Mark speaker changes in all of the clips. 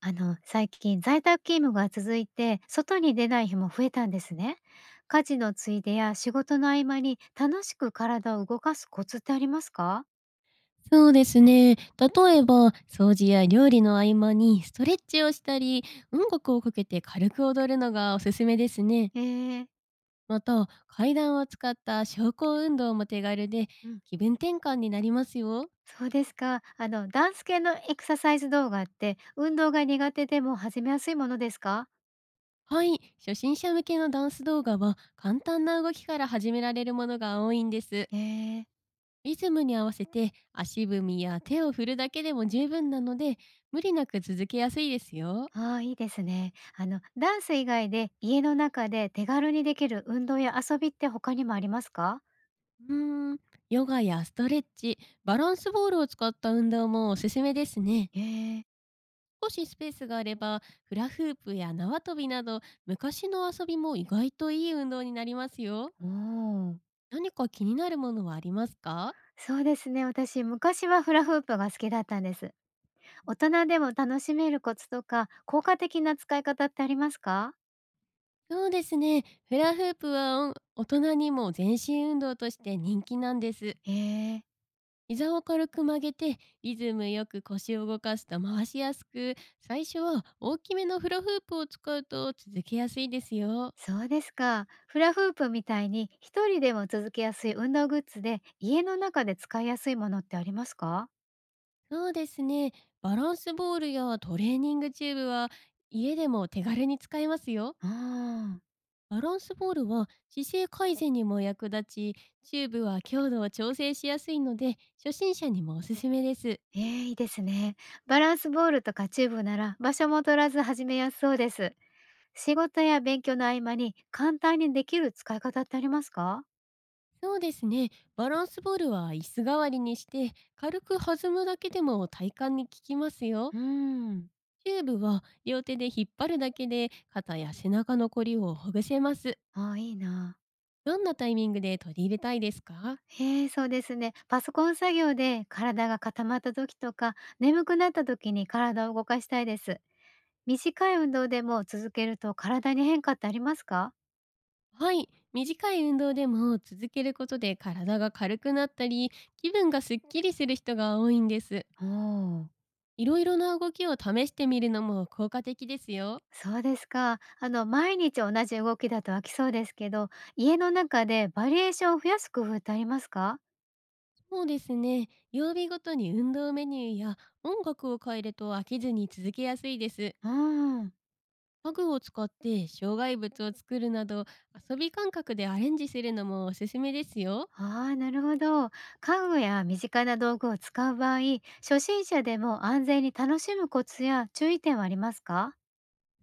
Speaker 1: 最近在宅勤務が続いて、外に出ない日も増えたんですね。家事のついでや仕事の合間に楽しく体を動かすコツってありますか？
Speaker 2: そうですね。例えば、掃除や料理の合間にストレッチをしたり、音楽をかけて軽く踊るのがおすすめですね。
Speaker 1: えー、
Speaker 2: また、階段を使った昇降運動も手軽で、
Speaker 1: うん、
Speaker 2: 気分転換になりますよ。
Speaker 1: そうですか。ダンス系のエクササイズ動画って、運動が苦手でも始めやすいものですか？
Speaker 2: はい、初心者向けのダンス動画は、簡単な動きから始められるものが多いんです。
Speaker 1: えー、
Speaker 2: リズムに合わせて足踏みや手を振るだけでも十分なので、無理なく続けやすいですよ。
Speaker 1: ああ、いいですね。ダンス以外で家の中で手軽にできる運動や遊びって他にもありますか？
Speaker 2: うーん、ヨガやストレッチ、バランスボールを使った運動もおすすめですね。
Speaker 1: えー、
Speaker 2: もしスペースがあれば、フラフープや縄跳びなど、昔の遊びも意外といい運動になりますよ。
Speaker 1: おー。
Speaker 2: 何か気になるものはありますか？
Speaker 1: そうですね、私、昔はフラフープが好きだったんです。大人でも楽しめるコツとか、効果的な使い方ってありますか？
Speaker 2: そうですね。フラフープはお大人にも全身運動として人気なんです。
Speaker 1: へえ、
Speaker 2: 膝を軽く曲げて、リズムよく腰を動かすと回しやすく、最初は大きめのフラフープを使うと続けやすいですよ。
Speaker 1: そうですか。フラフープみたいに、一人でも続けやすい運動グッズで、家の中で使いやすいものってありますか？
Speaker 2: そうですね。バランスボールやトレーニングチューブは家でも手軽に使えますよ。
Speaker 1: うーん。
Speaker 2: バランスボールは姿勢改善にも役立ち、チューブは強度を調整しやすいので、初心者にもおすすめです。
Speaker 1: ええ、いいですね。バランスボールとかチューブなら、場所も取らず始めやすそうです。仕事や勉強の合間に、簡単にできる使い方ってありますか？
Speaker 2: そうですね。バランスボールは椅子代わりにして、軽く弾むだけでも体幹に効きますよ。
Speaker 1: うーん。
Speaker 2: チューブは両手で引っ張るだけで肩や背中のこりをほぐせます。
Speaker 1: ああ、いいな。
Speaker 2: どんなタイミングで取り入れたいですか？
Speaker 1: へえ、そうですね。パソコン作業で体が固まった時とか、眠くなった時に体を動かしたいです。短い運動でも続けると体に変化ってありますか？
Speaker 2: はい、短い運動でも続けることで体が軽くなったり、気分がすっきりする人が多いんです。
Speaker 1: おお、
Speaker 2: いろいろな動きを試してみるのも効果的ですよ。
Speaker 1: そうですか。毎日同じ動きだと飽きそうですけど、家の中でバリエーションを増やす工夫ってありますか？
Speaker 2: そうですね。曜日ごとに運動メニューや音楽を変えると飽きずに続けやすいです。
Speaker 1: うん。
Speaker 2: 家具を使って障害物を作るなど、遊び感覚でアレンジするのもおすすめですよ。
Speaker 1: ああ、なるほど。家具や身近な道具を使う場合、初心者でも安全に楽しむコツや注意点はありますか？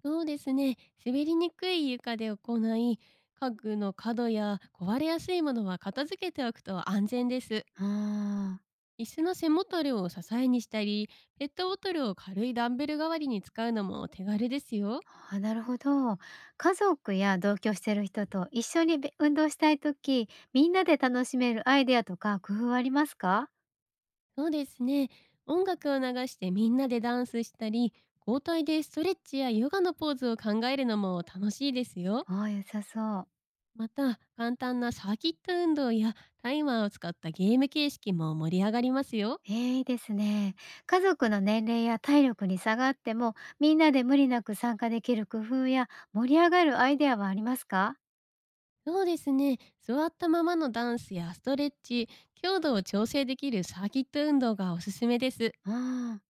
Speaker 2: そうですね。滑りにくい床で行い、家具の角や壊れやすいものは片付けておくと安全です。
Speaker 1: うん。
Speaker 2: 椅子の背もたれを支えにしたり、ペットボトルを軽いダンベル代わりに使うのもお手軽ですよ。
Speaker 1: ああ、なるほど。家族や同居してる人と一緒にべ運動したい時、みんなで楽しめるアイデアとか工夫はありますか？
Speaker 2: そうですね。音楽を流してみんなでダンスしたり、交代でストレッチやヨガのポーズを考えるのも楽しいですよ。
Speaker 1: ああ、良さそう。
Speaker 2: また、簡単なサーキット運動やタイマーを使ったゲーム形式も盛り上がりますよ。
Speaker 1: ええ、いいですね。家族の年齢や体力に差があっても、みんなで無理なく参加できる工夫や盛り上がるアイデアはありますか？
Speaker 2: そうですね。座ったままのダンスやストレッチ、強度を調整できるサーキット運動がおすすめです。
Speaker 1: うーん。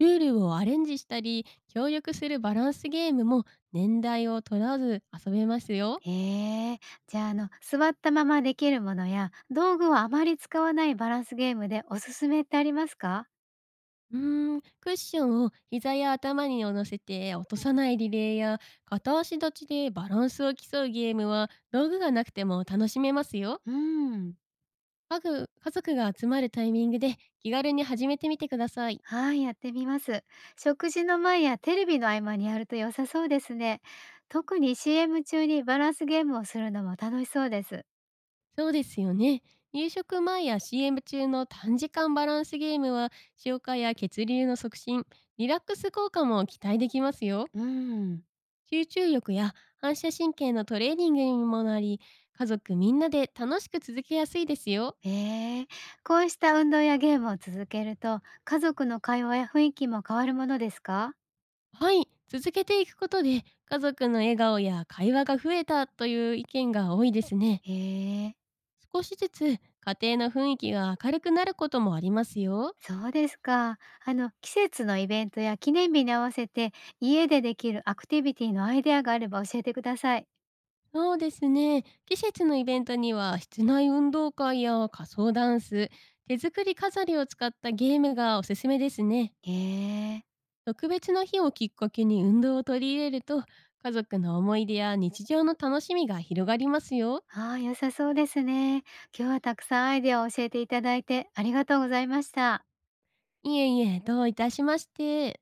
Speaker 2: ルールをアレンジしたり、協力するバランスゲームも年代を問わず遊べますよ。
Speaker 1: へえー。じゃあ、座ったままできるものや、道具をあまり使わないバランスゲームでおすすめってありますか？
Speaker 2: うーん、クッションを膝や頭に乗せて落とさないリレーや、片足立ちでバランスを競うゲームは、道具がなくても楽しめますよ。
Speaker 1: うーん。
Speaker 2: 家具家族が集まるタイミングで気軽に始めてみてください。
Speaker 1: はい、やってみます。食事の前やテレビの合間にやると良さそうですね。特に CM 中にバランスゲームをするのも楽しそうです。
Speaker 2: そうですよね。夕食前や CM 中の短時間バランスゲームは、消化や血流の促進、リラックス効果も期待できますよ。
Speaker 1: うーん。
Speaker 2: 集中力や反射神経のトレーニングにもなり、家族みんなで楽しく続けやすいですよ。
Speaker 1: ええ、こうした運動やゲームを続けると、家族の会話や雰囲気も変わるものですか？
Speaker 2: はい、続けていくことで家族の笑顔や会話が増えたという意見が多いですね。
Speaker 1: ええ、
Speaker 2: 少しずつ家庭の雰囲気が明るくなることもありますよ。
Speaker 1: そうですか。季節のイベントや記念日に合わせて、家でできるアクティビティのアイデアがあれば教えてください。
Speaker 2: そうですね。季節のイベントには室内運動会や仮装ダンス、手作り飾りを使ったゲームがおすすめですね。
Speaker 1: ええ。
Speaker 2: 特別な日をきっかけに運動を取り入れると、家族の思い出や日常の楽しみが広がりますよ。
Speaker 1: ああ、良さそうですね。今日はたくさんアイデアを教えていただいてありがとうございました。
Speaker 2: いえいえ、どういたしまして。